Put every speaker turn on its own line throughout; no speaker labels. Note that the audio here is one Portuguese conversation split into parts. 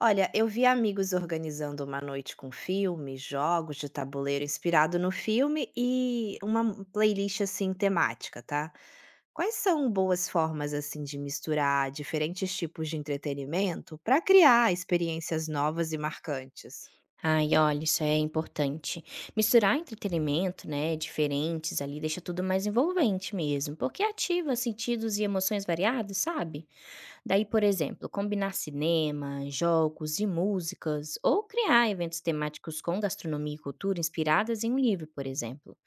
Olha, eu vi amigos organizando uma noite com filmes, jogos de tabuleiro inspirado no filme e uma playlist assim temática, tá? Quais são boas formas assim de misturar diferentes tipos de entretenimento para criar experiências novas e marcantes?
Ai, olha, isso é importante. Misturar entretenimento, né, diferentes ali, deixa tudo mais envolvente mesmo, porque ativa sentidos e emoções variados, sabe? Daí, por exemplo, combinar cinema, jogos e músicas, ou criar eventos temáticos com gastronomia e cultura inspiradas em um livro, por exemplo.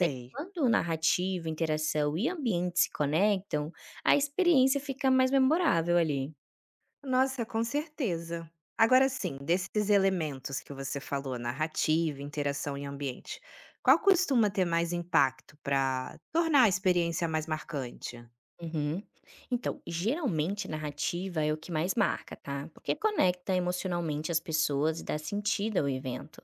Daí, quando narrativa, interação e ambiente se conectam, a experiência fica mais memorável ali.
Nossa, com certeza. Agora sim, desses elementos que você falou, narrativa, interação e ambiente, qual costuma ter mais impacto para tornar a experiência mais marcante?
Uhum. Então, geralmente narrativa é o que mais marca, tá? Porque conecta emocionalmente as pessoas e dá sentido ao evento.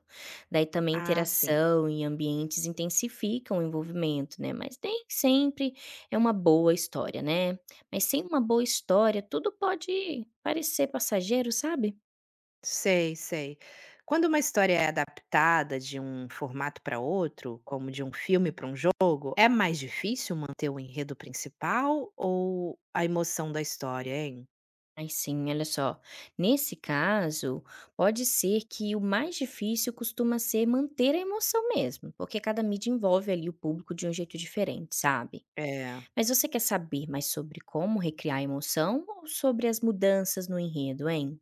Daí também
Ah, sim.
interação e ambientes intensificam o envolvimento, né? Mas nem sempre é uma boa história, né? Mas sem uma boa história, tudo pode parecer passageiro, sabe?
Sei, sei. Quando uma história é adaptada de um formato para outro, como de um filme para um jogo, é mais difícil manter o enredo principal ou a emoção da história, hein?
Ai sim, olha só. Nesse caso, pode ser que o mais difícil costuma ser manter a emoção mesmo, porque cada mídia envolve ali o público de um jeito diferente, sabe?
É.
Mas você quer saber mais sobre como recriar a emoção ou sobre as mudanças no enredo, hein?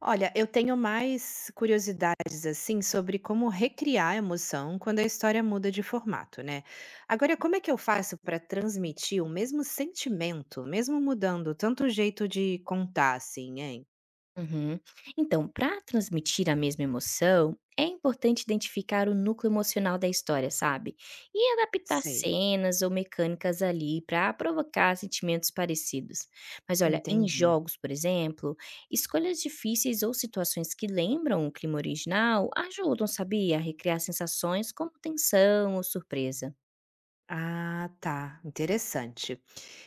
Olha, eu tenho mais curiosidades assim sobre como recriar a emoção quando a história muda de formato, né? Agora, como é que eu faço para transmitir o mesmo sentimento, mesmo mudando tanto o jeito de contar, assim, hein?
Uhum. Então, para transmitir a mesma emoção, é importante identificar o núcleo emocional da história, sabe? E adaptar
Sei,
cenas ou mecânicas ali para provocar sentimentos parecidos. Mas olha, em
entendi.
jogos, por exemplo, escolhas difíceis ou situações que lembram o clima original ajudam, sabia, a recriar sensações como tensão ou surpresa.
Ah, tá, interessante.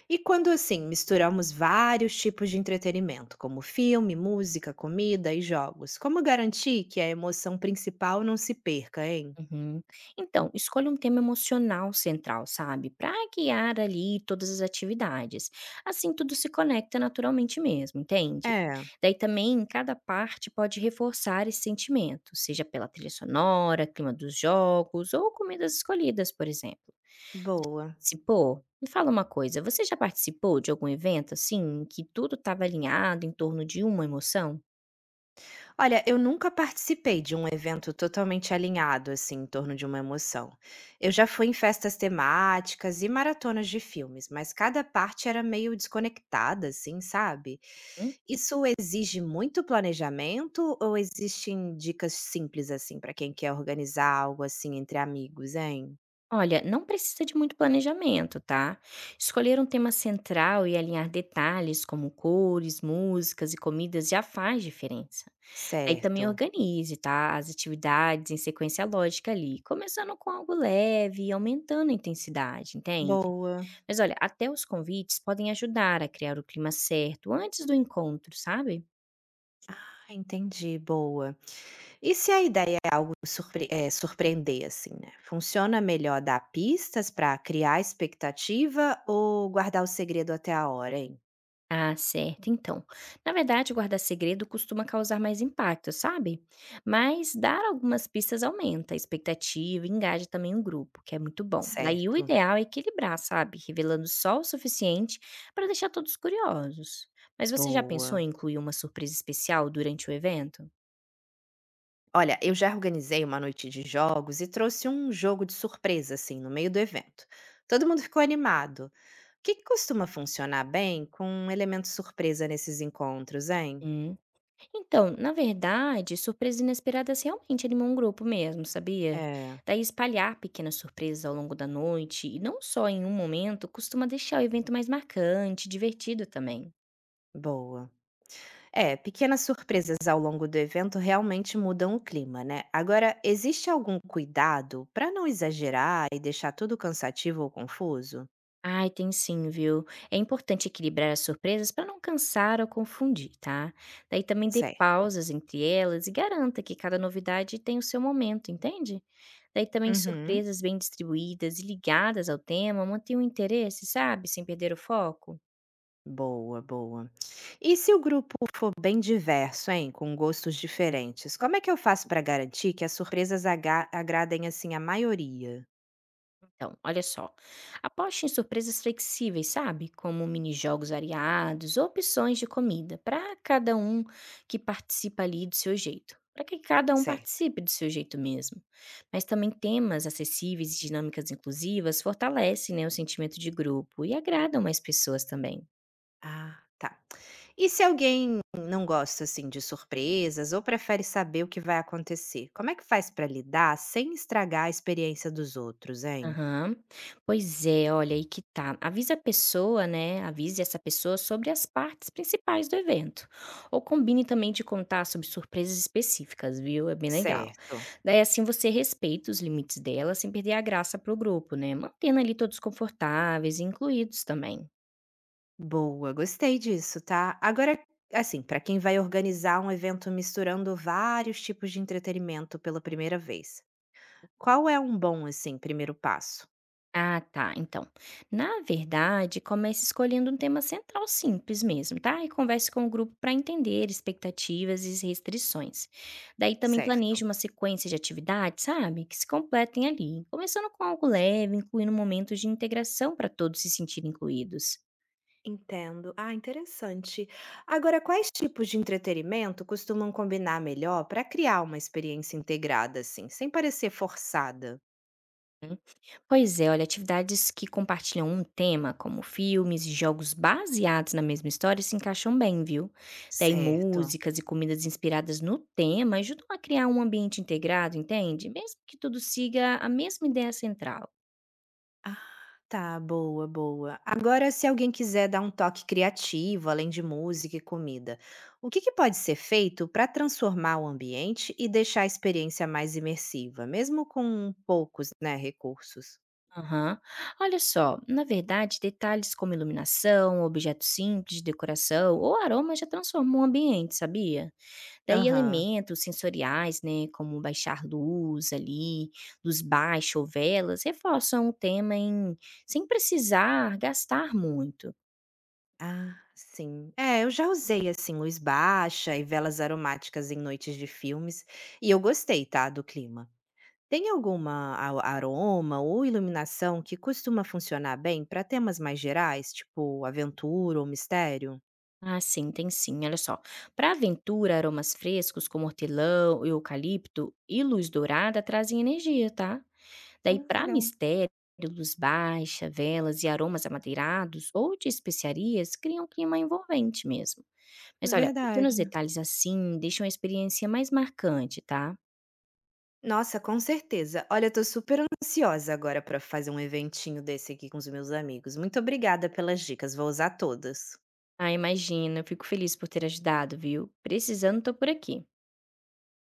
E quando assim misturamos vários tipos de entretenimento, como filme, música, comida e jogos, como garantir que a emoção principal não se perca, hein?
Uhum. Então, escolha um tema emocional central, sabe? Para guiar ali todas as atividades. Assim, tudo se conecta naturalmente mesmo, entende?
É,
Daí também, cada parte pode reforçar esse sentimento, seja pela trilha sonora, clima dos jogos ou comidas escolhidas, por exemplo.
boa.
Participou? Me fala uma coisa, você já participou de algum evento assim, que tudo estava alinhado em torno de uma emoção?
Olha, eu nunca participei de um evento totalmente alinhado, assim, em torno de uma emoção. Eu já fui em festas temáticas e maratonas de filmes, mas cada parte era meio desconectada, assim, sabe? Isso exige muito planejamento ou existem dicas simples, assim, para quem quer organizar algo assim entre amigos, hein?
Olha, não precisa de muito planejamento, tá? Escolher um tema central e alinhar detalhes como cores, músicas e comidas já faz diferença. Aí também
Certo.
organize, tá? As atividades em sequência lógica ali, começando com algo leve e aumentando a intensidade, entende?
Boa.
Mas olha, até os convites podem ajudar a criar o clima certo antes do encontro, sabe?
Ah, entendi, boa. E se a ideia é algo surpreender, assim, né, funciona melhor dar pistas para criar expectativa ou guardar o segredo até a hora, hein?
Ah, certo. Então, na verdade, guardar segredo costuma causar mais impacto, sabe? Mas dar algumas pistas aumenta a expectativa e engaja também o grupo, que é muito bom. Daí o
Certo,
ideal é equilibrar, sabe? Revelando só o suficiente para deixar todos curiosos. Mas você já pensou
boa.
em incluir uma surpresa especial durante o evento?
Olha, eu já organizei uma noite de jogos e trouxe um jogo de surpresa, assim, no meio do evento. Todo mundo ficou animado. O que que costuma funcionar bem com um elemento surpresa nesses encontros, hein?
Hum, Então, na verdade, surpresas inesperadas realmente animam um grupo mesmo, sabia?
É,
Daí espalhar pequenas surpresas ao longo da noite, e não só em um momento, costuma deixar o evento mais marcante, divertido também.
boa. É, pequenas surpresas ao longo do evento realmente mudam o clima, né? Agora, existe algum cuidado para não exagerar e deixar tudo cansativo ou confuso?
Ai, tem sim, viu? É importante equilibrar as surpresas para não cansar ou confundir, tá? Daí também dê
Certo.
pausas entre elas e garanta que cada novidade tem o seu momento, entende? Daí também
Uhum.
surpresas bem distribuídas e ligadas ao tema mantêm o interesse, sabe? Sem perder o foco.
Boa, boa. E se o grupo for bem diverso, hein, com gostos diferentes, como é que eu faço para garantir que as surpresas agradem assim a maioria?
Então, olha só. Aposte em surpresas flexíveis, sabe? Como mini-jogos variados, ou opções de comida, para cada um que participa ali do seu jeito. Para que cada um
Certo.
participe do seu jeito mesmo. Mas também temas acessíveis e dinâmicas inclusivas fortalecem, né, o sentimento de grupo e agradam mais pessoas também.
Ah, tá. E se alguém não gosta, assim, de surpresas ou prefere saber o que vai acontecer, como é que faz para lidar sem estragar a experiência dos outros, hein?
Aham. Pois é, olha, aí que tá. Avisa a pessoa, né? Avise essa pessoa sobre as partes principais do evento. Ou combine também de contar sobre surpresas específicas, viu? É bem legal.
Certo.
Daí assim você respeita os limites dela sem perder a graça pro grupo, né? Mantendo ali todos confortáveis e incluídos também.
Boa, gostei disso, tá? Agora, assim, para quem vai organizar um evento misturando vários tipos de entretenimento pela primeira vez, qual é um bom, assim, primeiro passo?
Ah, tá. Então, na verdade, comece escolhendo um tema central simples mesmo, tá? E converse com o grupo para entender expectativas e restrições. Daí também planeje
Certo.
uma sequência de atividades, sabe? Que se completem ali, começando com algo leve, incluindo momentos de integração para todos se sentirem incluídos.
Entendo. Ah, interessante. Agora, quais tipos de entretenimento costumam combinar melhor para criar uma experiência integrada, assim, sem parecer forçada?
Pois é, olha, atividades que compartilham um tema, como filmes e jogos baseados na mesma história, se encaixam bem, viu? Daí
Certo.
músicas e comidas inspiradas no tema ajudam a criar um ambiente integrado, entende? Mesmo que tudo siga a mesma ideia central.
Ah, tá. Boa, boa. Agora, se alguém quiser dar um toque criativo, além de música e comida, o que que pode ser feito para transformar o ambiente e deixar a experiência mais imersiva, mesmo com poucos, né, recursos?
Aham. Olha só, na verdade, detalhes como iluminação, objetos simples de decoração ou aroma já transformam o ambiente, sabia? Daí
Aham.
elementos sensoriais, né, como baixar luz ali, luz baixa ou velas, reforçam o tema em sem precisar gastar muito.
Ah, sim. É, eu já usei, assim, luz baixa e velas aromáticas em noites de filmes, e eu gostei, tá, do clima. Tem alguma aroma ou iluminação que costuma funcionar bem para temas mais gerais, tipo aventura ou mistério?
Ah, sim, tem sim, olha só. Para aventura, aromas frescos como hortelã, eucalipto e luz dourada trazem energia, tá? Daí
Ah,
para
legal.
mistério, luz baixa, velas e aromas amadeirados ou de especiarias criam um clima envolvente mesmo. Mas olha, pequenos
Verdade.
detalhes assim deixam a experiência mais marcante, tá?
Nossa, com certeza. Olha, eu tô super ansiosa agora para fazer um eventinho desse aqui com os meus amigos. Muito obrigada pelas dicas, vou usar todas.
Ah, imagina, eu fico feliz por ter ajudado, viu? Precisando, tô por aqui.